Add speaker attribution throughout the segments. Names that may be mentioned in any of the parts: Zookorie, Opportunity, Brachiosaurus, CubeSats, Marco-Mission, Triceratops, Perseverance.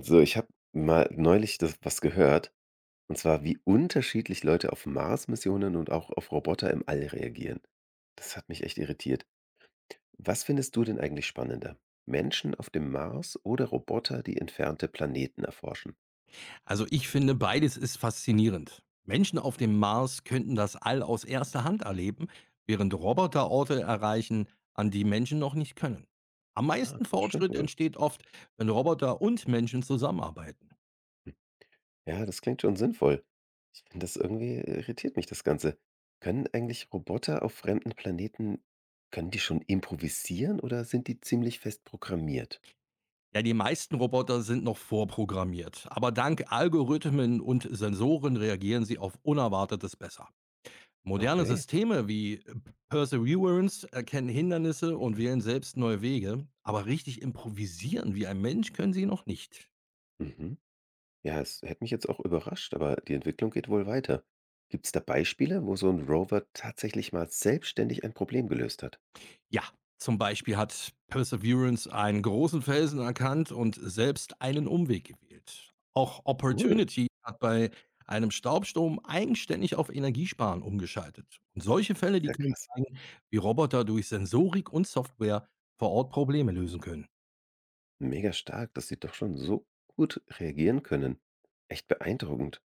Speaker 1: So, ich habe mal neulich das was gehört, und zwar, wie unterschiedlich Leute auf Mars-Missionen und auch auf Roboter im All reagieren. Das hat mich echt irritiert. Was findest du denn eigentlich spannender? Menschen auf dem Mars oder Roboter, die entfernte Planeten erforschen?
Speaker 2: Also ich finde, beides ist faszinierend. Menschen auf dem Mars könnten das All aus erster Hand erleben, während Roboter Orte erreichen, an die Menschen noch nicht können. Am
Speaker 1: Na,
Speaker 2: meisten
Speaker 1: das stimmt
Speaker 2: Fortschritt
Speaker 1: wohl.
Speaker 2: entsteht oft, wenn Roboter und Menschen zusammenarbeiten.
Speaker 1: Hm. Ja, das klingt schon sinnvoll. Ich finde das irritiert mich das Ganze. Können eigentlich Roboter auf fremden Planeten, können die schon improvisieren oder sind die ziemlich fest programmiert?
Speaker 2: Ja, die meisten Roboter sind noch vorprogrammiert, aber dank Algorithmen und Sensoren reagieren sie auf Unerwartetes besser. Moderne
Speaker 1: Okay.
Speaker 2: Systeme wie Perseverance erkennen Hindernisse
Speaker 1: Ja.
Speaker 2: und wählen selbst neue Wege, aber richtig improvisieren wie ein Mensch können sie noch nicht.
Speaker 1: Mhm. Ja, es hätte mich jetzt auch überrascht, aber die Entwicklung geht wohl weiter. Gibt's da Beispiele, wo so ein Rover tatsächlich mal selbstständig ein Problem gelöst hat?
Speaker 2: Ja, zum Beispiel hat Perseverance einen großen Felsen erkannt und selbst einen Umweg gewählt. Auch
Speaker 1: Cool.
Speaker 2: Opportunity hat bei einem Staubsturm eigenständig auf Energiesparen umgeschaltet. Und solche
Speaker 1: Ach,
Speaker 2: Fälle,
Speaker 1: ist
Speaker 2: die
Speaker 1: ja
Speaker 2: können
Speaker 1: krass.
Speaker 2: zeigen, wie Roboter durch Sensorik und Software vor Ort Probleme lösen können.
Speaker 1: Mega stark, dass sie doch schon so gut reagieren können. Echt beeindruckend.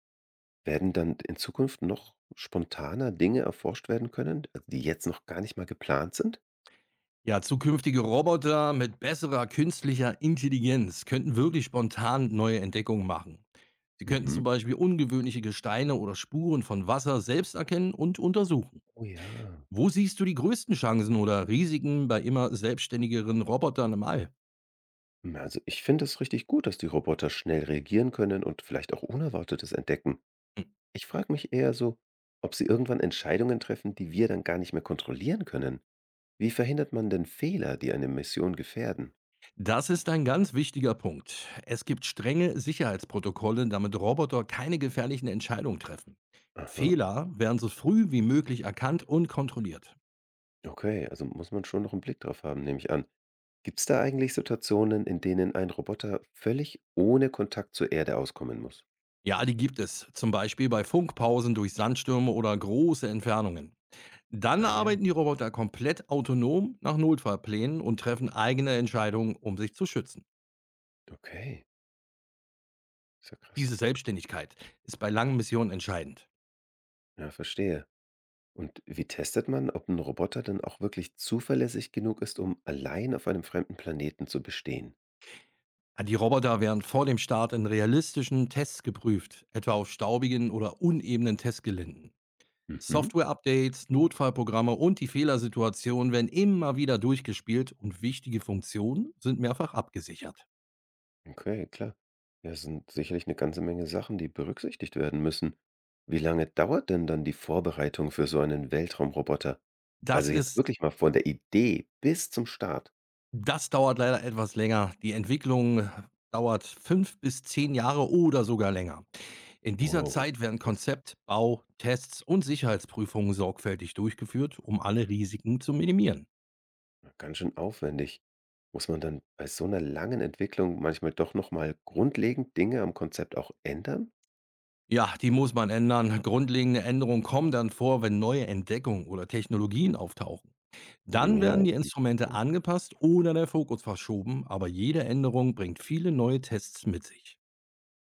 Speaker 1: Werden dann in Zukunft noch spontaner Dinge erforscht werden können, also die jetzt noch gar nicht mal geplant sind?
Speaker 2: Ja, zukünftige Roboter mit besserer künstlicher Intelligenz könnten wirklich spontan neue Entdeckungen machen. Sie könnten
Speaker 1: Mhm.
Speaker 2: zum Beispiel ungewöhnliche Gesteine oder Spuren von Wasser selbst erkennen und untersuchen.
Speaker 1: Oh ja.
Speaker 2: Wo siehst du die größten Chancen oder Risiken bei immer selbstständigeren Robotern im All?
Speaker 1: Hm, also, ich finde es richtig gut, dass die Roboter schnell reagieren können und vielleicht auch Unerwartetes entdecken. Ich frage mich eher so, ob sie irgendwann Entscheidungen treffen, die wir dann gar nicht mehr kontrollieren können. Wie verhindert man denn Fehler, die eine Mission gefährden?
Speaker 2: Das ist ein ganz wichtiger Punkt. Es gibt strenge Sicherheitsprotokolle, damit Roboter keine gefährlichen Entscheidungen treffen.
Speaker 1: Aha.
Speaker 2: Fehler werden so früh wie möglich erkannt und kontrolliert.
Speaker 1: Okay, also muss man schon noch einen Blick drauf haben, nehme ich an. Gibt es da eigentlich Situationen, in denen ein Roboter völlig ohne Kontakt zur Erde auskommen muss?
Speaker 2: Ja, die gibt es. Zum Beispiel bei Funkpausen durch Sandstürme oder große Entfernungen. Dann
Speaker 1: Ah ja,
Speaker 2: arbeiten die Roboter komplett autonom nach Notfallplänen und treffen eigene Entscheidungen, um sich zu schützen.
Speaker 1: okay. Ist ja krass.
Speaker 2: Diese Selbstständigkeit ist bei langen Missionen entscheidend.
Speaker 1: Ja, verstehe. Und wie testet man, ob ein Roboter dann auch wirklich zuverlässig genug ist, um allein auf einem fremden Planeten zu bestehen?
Speaker 2: Ja, die Roboter werden vor dem Start in realistischen Tests geprüft, etwa auf staubigen oder unebenen Testgelinden.
Speaker 1: Mhm.
Speaker 2: Software-Updates, Notfallprogramme und die Fehlersituationen werden immer wieder durchgespielt und wichtige Funktionen sind mehrfach abgesichert.
Speaker 1: Okay, klar. Ja, es sind sicherlich eine ganze Menge Sachen, die berücksichtigt werden müssen. Wie lange dauert denn dann die Vorbereitung für so einen Weltraumroboter?
Speaker 2: Das
Speaker 1: Also, jetzt
Speaker 2: ist
Speaker 1: wirklich mal von der Idee bis zum Start.
Speaker 2: Das dauert leider etwas länger. Die Entwicklung dauert 5 bis 10 Jahre oder sogar länger. In dieser
Speaker 1: Wow,
Speaker 2: Zeit werden
Speaker 1: das ist
Speaker 2: Konzept, Bau, Tests und Sicherheitsprüfungen sorgfältig durchgeführt, um alle Risiken zu minimieren.
Speaker 1: ja ganz schön aufwendig. Muss man dann bei so einer langen Entwicklung manchmal doch noch mal grundlegend Dinge am Konzept auch ändern?
Speaker 2: Ja, die muss man ändern. Grundlegende Änderungen kommen dann vor, wenn neue Entdeckungen oder Technologien auftauchen. Dann
Speaker 1: Ja,
Speaker 2: werden
Speaker 1: in
Speaker 2: die
Speaker 1: dem
Speaker 2: Instrumente
Speaker 1: Zeitraum.
Speaker 2: angepasst oder der Fokus verschoben, aber jede Änderung bringt viele neue Tests mit sich.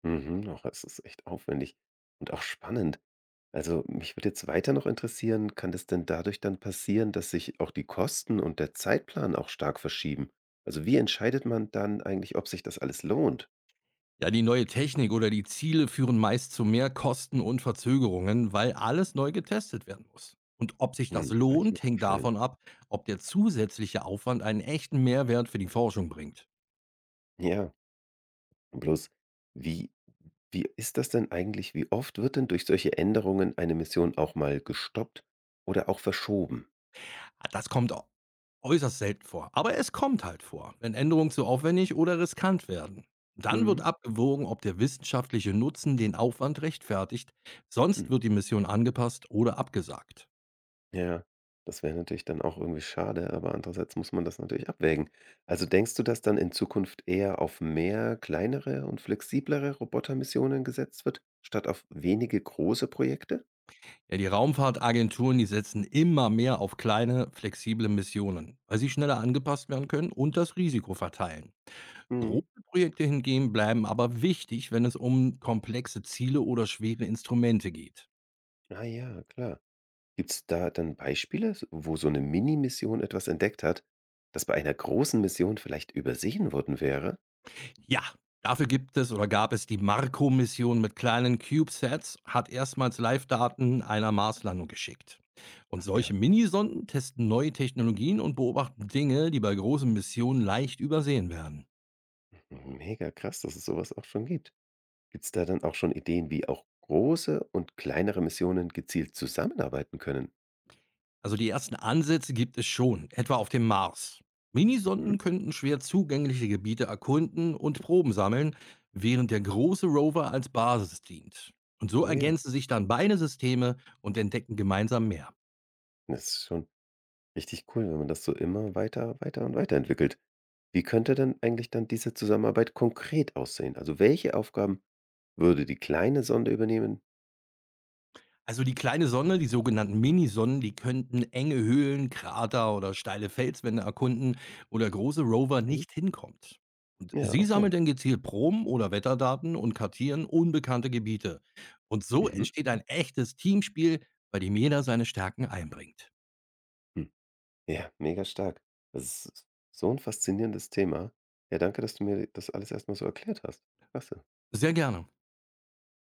Speaker 1: Mhm, auch es ist echt aufwendig und auch spannend. Also, mich würde jetzt weiter noch interessieren, kann das denn dadurch dann passieren, dass sich auch die Kosten und der Zeitplan auch stark verschieben? Also, wie entscheidet man dann eigentlich, ob sich das alles lohnt?
Speaker 2: Ja, die neue Technik oder die Ziele führen meist zu mehr Kosten und Verzögerungen, weil alles neu getestet werden muss. Und ob sich das
Speaker 1: Hm, kann ich mir
Speaker 2: lohnt, hängt
Speaker 1: vorstellen.
Speaker 2: davon ab, ob der zusätzliche Aufwand einen echten Mehrwert für die Forschung bringt.
Speaker 1: Ja, bloß wie ist das denn eigentlich? Wie oft wird denn durch solche Änderungen eine Mission auch mal gestoppt oder auch verschoben?
Speaker 2: Das kommt äußerst selten vor, aber es kommt halt vor, wenn Änderungen zu aufwendig oder riskant werden. Dann wird
Speaker 1: Mhm.
Speaker 2: abgewogen, ob der wissenschaftliche Nutzen den Aufwand rechtfertigt, sonst wird die Mission angepasst oder abgesagt.
Speaker 1: Ja, das wäre natürlich dann auch irgendwie schade, aber andererseits muss man das natürlich abwägen. Also denkst du, dass dann in Zukunft eher auf mehr kleinere und flexiblere Robotermissionen gesetzt wird, statt auf wenige große Projekte?
Speaker 2: Ja, die Raumfahrtagenturen, die setzen immer mehr auf kleine, flexible Missionen, weil sie schneller angepasst werden können und das Risiko verteilen. Große
Speaker 1: Mhm.
Speaker 2: Projekte hingegen bleiben aber wichtig, wenn es um komplexe Ziele oder schwere Instrumente geht.
Speaker 1: Ah ja, klar. Gibt es da dann Beispiele, wo so eine Mini-Mission etwas entdeckt hat, das bei einer großen Mission vielleicht übersehen worden wäre?
Speaker 2: Ja, dafür gibt es oder gab es die Marco-Mission mit kleinen CubeSats, hat erstmals Live-Daten einer Marslandung geschickt. Und
Speaker 1: Ach ja,
Speaker 2: solche Minisonden testen neue Technologien und beobachten Dinge, die bei großen Missionen leicht übersehen werden.
Speaker 1: mega krass, dass es sowas auch schon gibt. Gibt es da dann auch schon Ideen, wie auch große und kleinere Missionen gezielt zusammenarbeiten können?
Speaker 2: Also die ersten Ansätze gibt es schon, etwa auf dem Mars.
Speaker 1: Mhm.
Speaker 2: Minisonden könnten schwer zugängliche Gebiete erkunden und Proben sammeln, während der große Rover als Basis dient. Und so
Speaker 1: Oh ja,
Speaker 2: ergänzen sich dann beide Systeme und entdecken gemeinsam mehr.
Speaker 1: das ist schon richtig cool, wenn man das so immer weiter, weiter und weiterentwickelt. Wie könnte denn eigentlich dann diese Zusammenarbeit konkret aussehen? Also welche Aufgaben würde die kleine Sonde übernehmen?
Speaker 2: Also die kleine Sonne, die sogenannten Minisonnen, die könnten enge Höhlen, Krater oder steile Felswände erkunden, wo der große Rover
Speaker 1: Mhm.
Speaker 2: nicht hinkommt. Und
Speaker 1: Ja,
Speaker 2: sie
Speaker 1: okay.
Speaker 2: sammelt dann gezielt Proben oder Wetterdaten und kartieren unbekannte Gebiete. Und so
Speaker 1: Mhm.
Speaker 2: entsteht
Speaker 1: Ja.
Speaker 2: ein echtes Teamspiel, bei dem jeder seine Stärken einbringt.
Speaker 1: Hm. Ja, mega stark. Das ist so ein faszinierendes Thema. Ja, danke, dass du mir das alles erst mal so erklärt hast. Klasse.
Speaker 2: Sehr gerne.